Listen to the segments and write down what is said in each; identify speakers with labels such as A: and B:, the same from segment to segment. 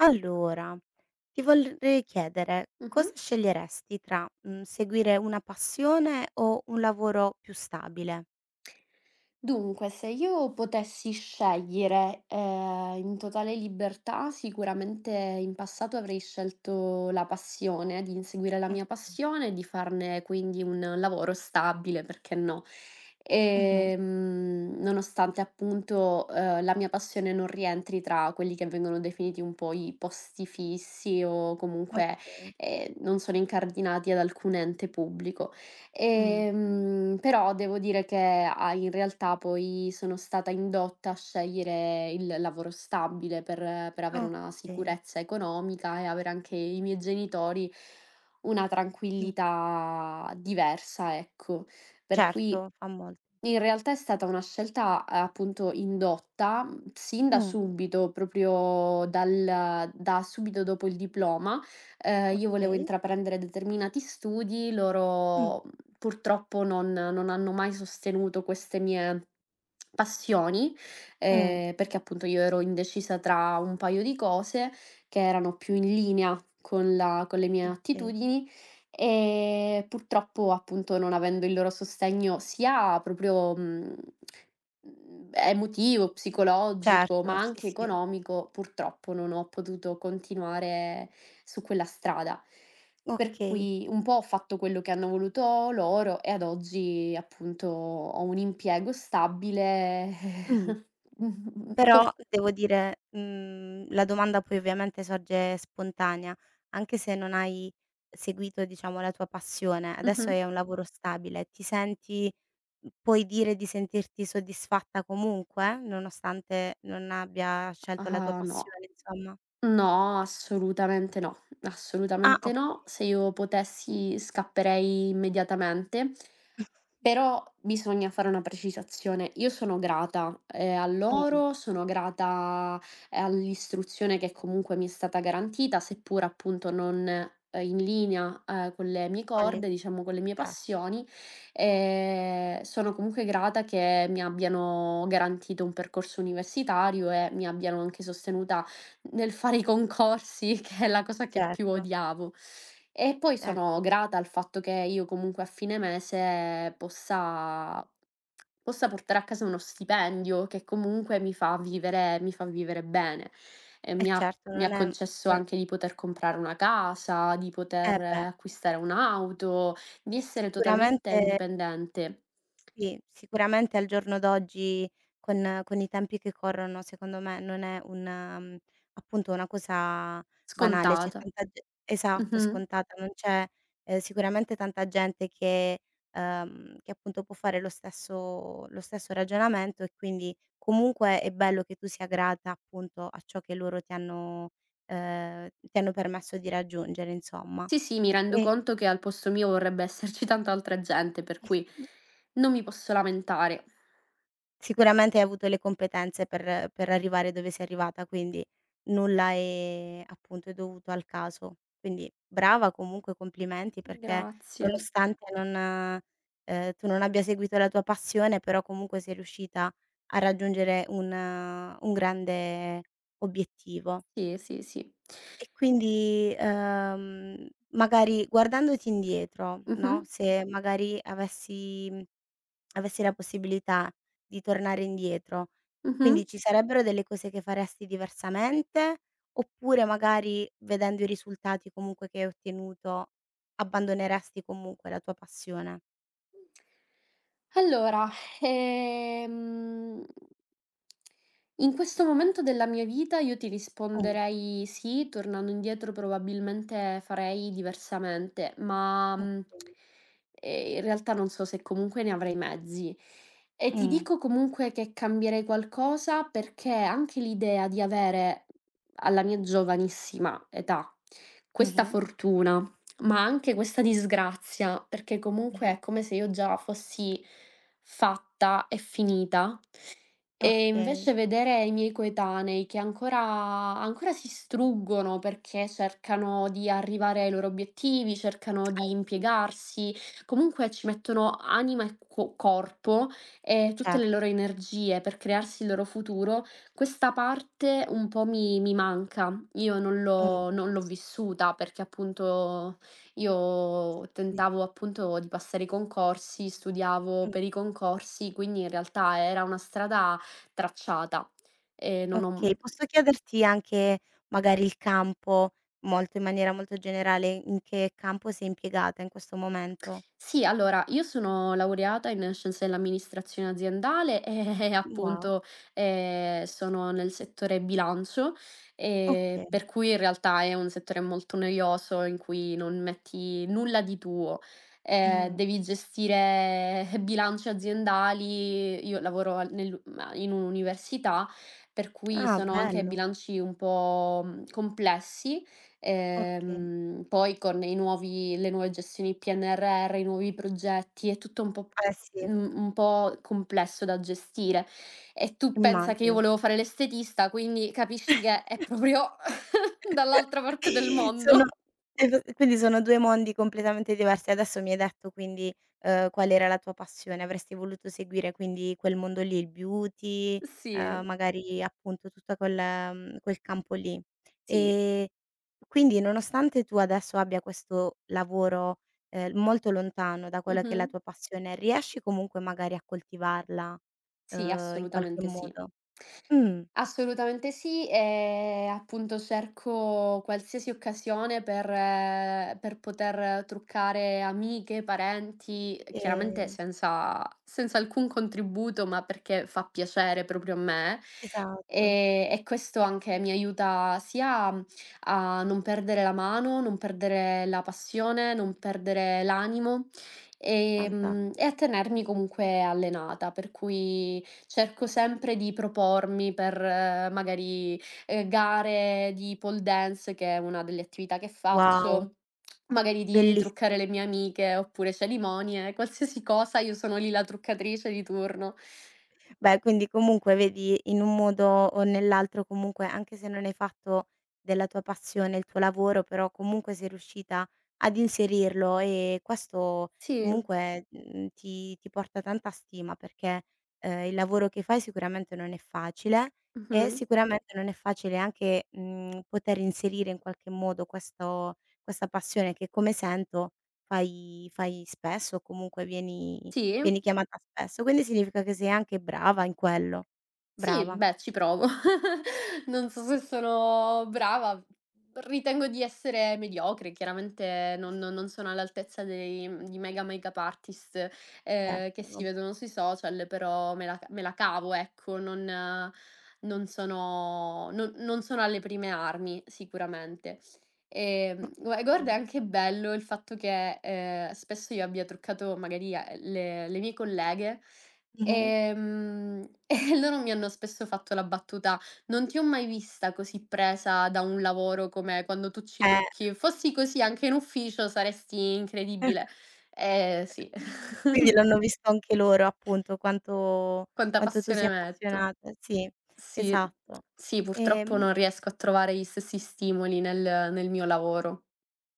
A: Allora, ti vorrei chiedere cosa
B: Mh-mh.
A: sceglieresti tra, seguire una passione o un lavoro più stabile?
B: Dunque, se io potessi scegliere, in totale libertà, sicuramente in passato avrei scelto la passione, di inseguire la mia
A: Mh.
B: passione e di farne quindi un lavoro stabile, perché no.
A: Mh-mh.
B: Nonostante appunto, la mia passione non rientri tra quelli che vengono definiti un po' i posti fissi o comunque,
A: Okay.
B: non sono incardinati ad alcun ente pubblico.
A: Mh.
B: Però devo dire che, a in realtà poi sono stata indotta a scegliere il lavoro stabile per avere una
A: Okay.
B: sicurezza economica e avere anche i miei genitori una
A: Mh.
B: tranquillità diversa, ecco. Per
A: Certo,
B: cui
A: fa molto.
B: in realtà è stata una scelta, appunto, indotta, sin da
A: Mh.
B: subito, proprio dal da subito dopo il diploma. Io volevo
A: Okay.
B: intraprendere determinati studi,
A: Mh.
B: loro, purtroppo non hanno mai sostenuto queste mie passioni,
A: Mh.
B: perché appunto io ero indecisa tra un paio di cose che erano più in linea con la con le mie
A: Okay.
B: attitudini. Purtroppo appunto non avendo il loro sostegno sia proprio, emotivo, psicologico,
A: Certo,
B: ma
A: sì,
B: anche
A: sì.
B: economico, purtroppo non ho potuto continuare su quella strada. Per
A: Okay.
B: cui un po' ho fatto quello che hanno voluto loro e ad oggi appunto ho un impiego stabile
A: Mh.
B: por
A: Però devo dire, la domanda poi ovviamente sorge spontanea, anche se non hai seguito diciamo la tua passione, adesso
B: mh-mh.
A: è un lavoro stabile, ti senti, puoi dire di sentirti soddisfatta comunque, nonostante non abbia scelto la tua
B: Ah no.
A: passione insomma?
B: No, assolutamente no,
A: Ah,
B: assolutamente
A: okay.
B: no. Se io potessi scapperei immediatamente, però bisogna fare una precisazione. Io sono grata, a
A: Mh,
B: loro, sono grata, all'istruzione che comunque mi è stata garantita, seppur appunto non, in linea, con le mie
A: con le
B: corde, diciamo con le mie
A: certo,
B: passioni. Sono comunque grata che mi abbiano garantito un percorso universitario e mi abbiano anche sostenuta nel fare i concorsi, che è la cosa che più
A: certo,
B: odiavo. E poi
A: certo.
B: sono grata al fatto che io comunque a fine mese possa portare a casa uno stipendio che comunque mi fa vivere bene. E
A: Eh certo,
B: mi
A: non
B: ha
A: è
B: concesso
A: non
B: anche di poter comprare una casa, di
A: eh
B: poter
A: beh,
B: acquistare un'auto, di essere totalmente
A: sicuramente
B: indipendente.
A: sì, sicuramente al giorno d'oggi con i tempi che corrono, secondo me non è un appunto una cosa banale, c'è
B: Scontata.
A: tanta ge esatto, è
B: Mh-mh.
A: scontata, non c'è, sicuramente tanta gente che appunto può fare lo stesso ragionamento e quindi comunque è bello che tu sia grata appunto a ciò che loro ti hanno, ti hanno permesso di raggiungere insomma.
B: Sì, sì, mi rendo
A: E
B: conto che al posto mio vorrebbe esserci tanta altra gente, per cui non mi posso lamentare.
A: sicuramente hai avuto le competenze per arrivare dove sei arrivata, quindi nulla è appunto è dovuto al caso. Quindi brava comunque, complimenti perché
B: Grazie.
A: nonostante non, tu non abbia seguito la tua passione, però comunque sei riuscita a raggiungere un grande obiettivo.
B: Sì, sì, sì.
A: E quindi, magari guardandoti indietro,
B: Mh-mh,
A: no, se magari avessi, avessi la possibilità di tornare indietro,
B: mh-mh.
A: quindi ci sarebbero delle cose che faresti diversamente, oppure magari vedendo i risultati comunque che hai ottenuto, abbandoneresti comunque la tua passione?
B: Allora, ehm, in questo momento della mia vita io ti
A: Mh,
B: risponderei sì, tornando indietro probabilmente farei diversamente, ma
A: okay.
B: in realtà non so se comunque ne avrei i mezzi. E ti
A: Mh,
B: dico comunque che cambierei qualcosa perché anche l'idea di avere alla mia giovanissima età questa
A: mh-mh,
B: fortuna. Ma anche questa disgrazia, perché comunque
A: mh-mh.
B: è come se io già fossi fatta e finita e
A: Okay.
B: invece vedere i miei coetanei che ancora si struggono perché cercano di arrivare ai loro obiettivi, cercano di
A: Eh sì,
B: impiegarsi, comunque ci mettono anima e co corpo e tutte
A: certo.
B: le loro energie per crearsi il loro futuro, questa parte un po' mi manca. Io
A: Mh,
B: non l'ho vissuta perché appunto io
A: sì.
B: tentavo appunto di passare i concorsi, studiavo
A: Mh.
B: per i concorsi, quindi in realtà era una strada tracciata. Non ho
A: Okay, posso chiederti anche magari il campo, molto in maniera molto generale, in che campo sei impiegata in questo momento?
B: sì, allora, io sono laureata in scienze dell'amministrazione aziendale e
A: Wow,
B: appunto, sono nel settore bilancio,
A: okay.
B: per cui in realtà è un settore molto noioso in cui non metti nulla di tuo.
A: Mh-mh.
B: Devi gestire bilanci aziendali, io lavoro al nell'u ma in un'università, per cui
A: Ah,
B: sono anche
A: bello.
B: bilanci un po', complessi.
A: Okay.
B: Poi con i nuovi le nuove gestioni PNRR, i nuovi progetti, è tutto un po'
A: Eh sì,
B: un po' complesso da gestire. E tu pensa che io
A: immagino.
B: volevo fare l'estetista, quindi capisci che è proprio dall'altra parte del
A: Sono
B: mondo.
A: e v quindi sono 2 mondi completamente diversi. Adesso mi hai detto quindi, qual era la tua passione. Avresti voluto seguire quindi quel mondo lì, il beauty,
B: Sì,
A: magari appunto tutta quel, quel campo lì.
B: sì.
A: Ehm, quindi nonostante tu adesso abbia questo lavoro, molto lontano da quella che è la
B: Mh-mh.
A: tua passione, riesci comunque magari a coltivarla,
B: Sì,
A: in qualche
B: assolutamente sì.
A: modo? Mh.
B: Assolutamente sì, e appunto cerco qualsiasi occasione per poter truccare amiche, parenti, chiaramente
A: Ehm,
B: senza alcun contributo, ma perché fa piacere proprio a me.
A: esatto,
B: E questo anche mi aiuta sia a non perdere la mano, non perdere la passione, non perdere l'animo,
A: fanta
B: e a tenermi comunque allenata, per cui cerco sempre di propormi per magari, gare di pole dance, che è una delle attività che
A: wow.
B: faccio, magari di truccare
A: Bellissimo.
B: le mie amiche, oppure cerimonie, qualsiasi cosa io sono lì la truccatrice di turno.
A: Beh, quindi comunque vedi in un modo o nell'altro comunque, anche se non hai fatto della tua passione il tuo lavoro, però comunque sei riuscita ad inserirlo e questo
B: Sì,
A: comunque, ti porta tanta stima perché, il lavoro che fai sicuramente non è facile e
B: mh-mh.
A: sicuramente non è facile anche, poter inserire in qualche modo questo questa passione che come sento fai spesso o comunque vieni
B: Sì?
A: vieni chiamata spesso, quindi significa che sei anche brava in quello.
B: Sì,
A: Brava,
B: beh, ci provo. Non so se sono brava, ritengo di essere mediocre, chiaramente non sono all'altezza dei di mega makeup artist, che
A: certo,
B: si
A: vabbè.
B: vedono sui social, però me la cavo, ecco, non non sono non sono alle prime armi sicuramente. Guarda è
A: Okay.
B: anche bello il fatto che, spesso io abbia truccato magari, le mie colleghe.
A: Mh-mh.
B: Ehm, e loro mi hanno spesso fatto la battuta: "Non ti ho mai vista così presa da un lavoro come quando tu ci
A: Eh.
B: trucchi. Fossi così anche in ufficio saresti incredibile". Eh sì,
A: Quindi l'hanno visto anche loro appunto quanto
B: quanta
A: quanto tu
B: passione
A: sia
B: metto.
A: appassionata. Sì,
B: Sì,
A: esatto.
B: sì, purtroppo
A: Ehm,
B: non riesco a trovare gli stessi stimoli nel mio lavoro.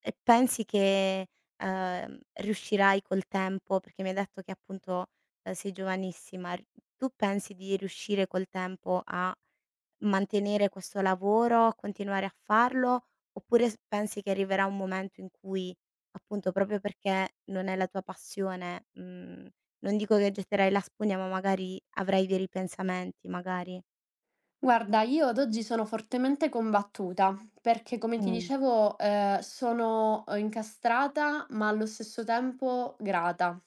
A: e pensi che, riuscirai col tempo perché mi hai detto che appunto, sei giovanissima, r tu pensi di riuscire col tempo a mantenere questo lavoro, continuare a farlo, oppure s pensi che arriverà un momento in cui, appunto, proprio perché non è la tua passione, non dico che getterai la spugna, ma magari avrai dei ripensamenti, magari?
B: Guarda, io ad oggi sono fortemente combattuta perché, come ti
A: Mh,
B: dicevo, sono incastrata ma allo stesso tempo grata.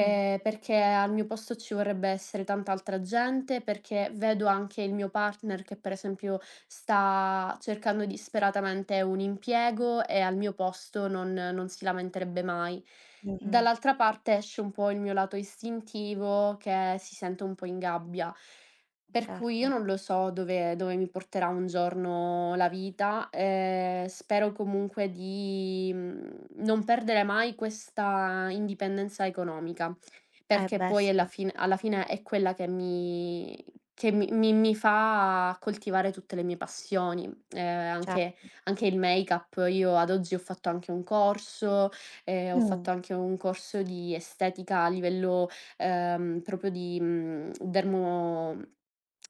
A: mh.
B: Perché al mio posto ci vorrebbe essere tanta altra gente, perché vedo anche il mio partner che, per esempio, sta cercando disperatamente un impiego e al mio posto non, non si lamenterebbe mai.
A: Mh-mh.
B: Dall'altra parte esce un po' il mio lato istintivo che si sente un po' in gabbia. Per cui
A: Certo.
B: io non lo so dove mi porterà un giorno la vita, spero comunque di, non perdere mai questa indipendenza economica,
A: Eh
B: perché
A: beh
B: poi
A: sì,
B: alla fine è quella che mi mi fa coltivare tutte le mie passioni, ehm,
A: cer
B: anche anche il make-up. Io ad oggi ho fatto anche un corso, ho
A: Mh.
B: fatto anche un corso di estetica a livello, proprio di, dermo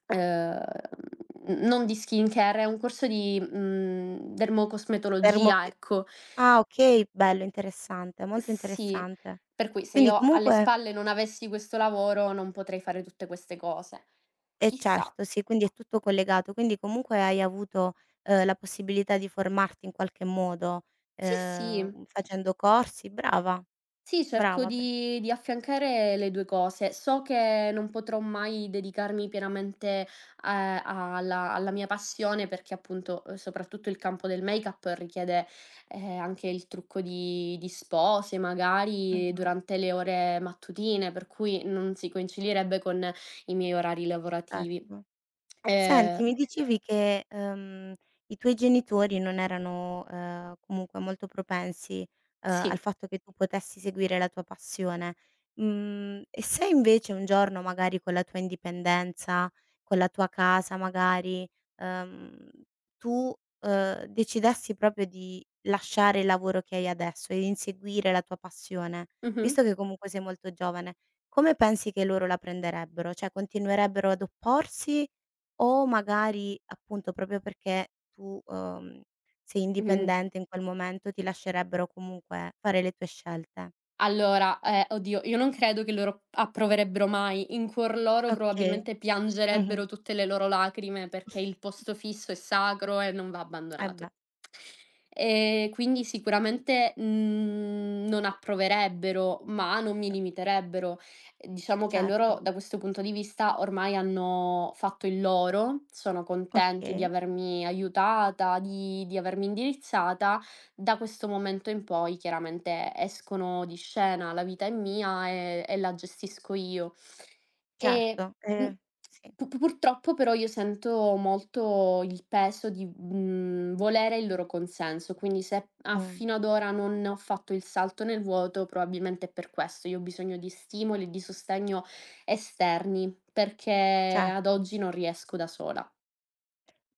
B: ehm, non di skincare, è un corso di,
A: Fermo
B: dermocosmetologia,
A: p
B: ecco.
A: ah okay, bello, interessante, molto
B: Sì,
A: interessante.
B: per cui se
A: Quindi
B: io alle
A: comunque
B: spalle non avessi questo lavoro non potrei fare tutte queste cose.
A: eh
B: Chissà.
A: certo, sì, quindi è tutto collegato. Quindi comunque hai avuto, la possibilità di formarti in qualche modo,
B: Sì, sì.
A: facendo corsi brava,
B: Sì, cerco
A: brava per
B: di affiancare le 2 cose. So che non potrò mai dedicarmi pienamente, alla mia passione perché appunto, soprattutto il campo del make-up richiede, anche il trucco di spose magari
A: Mh-mh.
B: durante le ore mattutine, per cui non si coinciderebbe con i miei orari lavorativi.
A: Certo. Senti,
B: Ehm,
A: mi dicevi che, i tuoi genitori non erano, comunque molto propensi, al
B: sì.
A: fatto che tu potessi seguire la tua passione. E se invece un giorno magari con la tua indipendenza, con la tua casa magari, ehm, tu, decidessi proprio di lasciare il lavoro che hai adesso e di inseguire la tua passione,
B: Mh-mh.
A: visto che comunque sei molto giovane, come pensi che loro la prenderebbero? Cioè continuerebbero ad opporsi o magari, appunto, proprio perché tu, sei indipendente in quel momento, ti lascerebbero comunque fare le tue scelte.
B: Allora, oddio, io non credo che loro approverebbero mai. In cuor loro
A: Okay.
B: probabilmente
A: Mh-mh.
B: piangerebbero tutte le loro lacrime, perché il posto fisso è sacro e non va
A: Eh beh,
B: abbandonato. Quindi sicuramente, non approverebbero, ma non mi limiterebbero. Diciamo che
A: certo.
B: loro da questo punto di vista ormai hanno fatto il loro, sono contenti di
A: Okay,
B: avermi aiutata, di avermi indirizzata da questo momento in poi chiaramente escono di scena, la vita è mia e la gestisco io. E,
A: certo.
B: mhmm,
A: Sì,
B: purtroppo però io sento molto il peso di, volere il loro consenso, quindi se a
A: mh,
B: fino ad ora non ho fatto il salto nel vuoto probabilmente è per questo. Io ho bisogno di stimoli e di sostegno esterni, perché
A: cer
B: ad oggi non riesco da sola.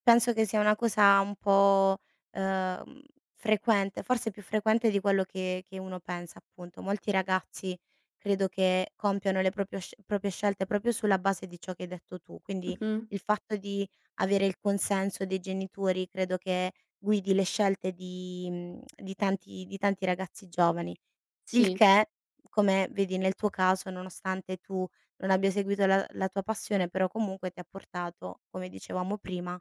A: penso che sia una cosa un po', uhm, frequente, forse più frequente di quello che uno pensa appunto. Molti ragazzi credo che compiano le proprio sc proprie scelte proprio sulla base di ciò che hai detto tu, quindi
B: Mh-mh.
A: il fatto di avere il consenso dei genitori credo che guidi le scelte di di tanti ragazzi giovani. Il
B: Sì.
A: che, come vedi nel tuo caso, nonostante tu non abbia seguito la tua passione, però comunque ti ha portato, come dicevamo prima,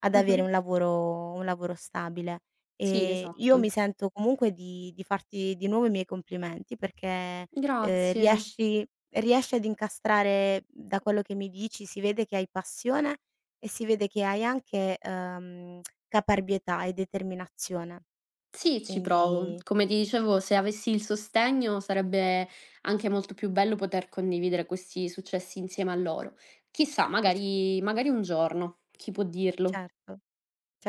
A: ad avere
B: Mh-mh.
A: un lavoro stabile.
B: Sì,
A: Io mi
B: esatto.
A: sento comunque di farti di nuovo i miei complimenti perché,
B: Grazie.
A: riesci riesci ad incastrare da quello che mi dici, si vede che hai passione e si vede che hai anche, caparbietà e determinazione.
B: Sì, ci provo.
A: Quindi
B: Come ti dicevo, se avessi il sostegno sarebbe anche molto più bello poter condividere questi successi insieme a loro. Chissà,
A: certo, sicu
B: magari, magari un giorno, chi può dirlo?
A: certo.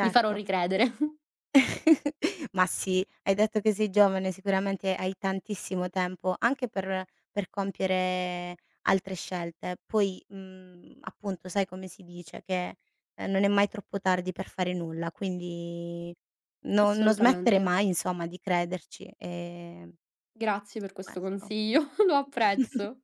B: Li farò
A: E
B: ricredere.
A: ma sì, hai detto che sei giovane, sicuramente hai tantissimo tempo anche per compiere altre scelte. Poi, appunto sai come si dice che, non è mai troppo tardi per fare nulla, quindi no non smettere
B: Assolutamente.
A: mai insomma di crederci,
B: Grazie per questo
A: questo.
B: consiglio, lo apprezzo.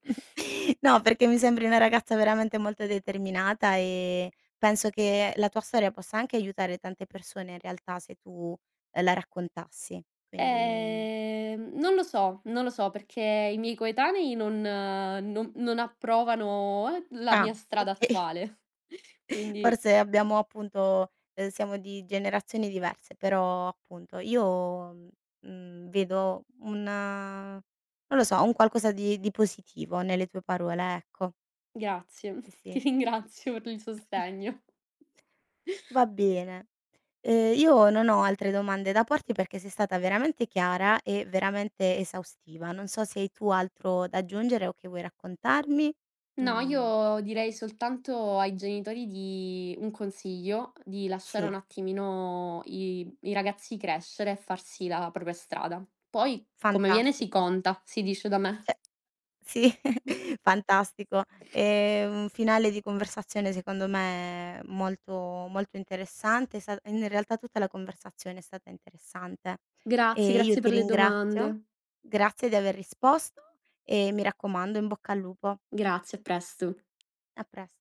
A: No, perché mi sembri una ragazza veramente molto determinata e penso che la tua storia possa anche aiutare tante persone in realtà se tu, la raccontassi. Quindi
B: Non lo so, non lo so perché i miei coetanei non, non- non approvano la
A: ah,
B: mia strada
A: okay.
B: attuale. Quindi
A: Forse abbiamo appunto siamo di generazioni diverse, però appunto io, vedo una non lo so, un qualcosa di positivo nelle tue parole, ecco.
B: grazie,
A: Sì,
B: ti
A: sì.
B: ringrazio per il sostegno.
A: Va bene. Io non ho altre domande da porti perché sei stata veramente chiara e veramente esaustiva. Non so se hai tu altro da aggiungere o che vuoi raccontarmi.
B: No,
A: Mhmm,
B: io direi soltanto ai genitori di un consiglio, di lasciare un
A: sì,
B: attimino i ragazzi crescere e farsi la propria strada. Poi come viene si
A: fantastico.
B: conta, si dice da me.
A: Cioè sì, fantastico. Un finale di conversazione secondo me molto interessante. È sta in realtà tutta la conversazione è stata interessante.
B: Grazie,
A: E io
B: grazie
A: ti
B: per le
A: ringrazio.
B: domande.
A: Grazie di aver risposto e mi raccomando in bocca al lupo.
B: Grazie, a presto.
A: A pres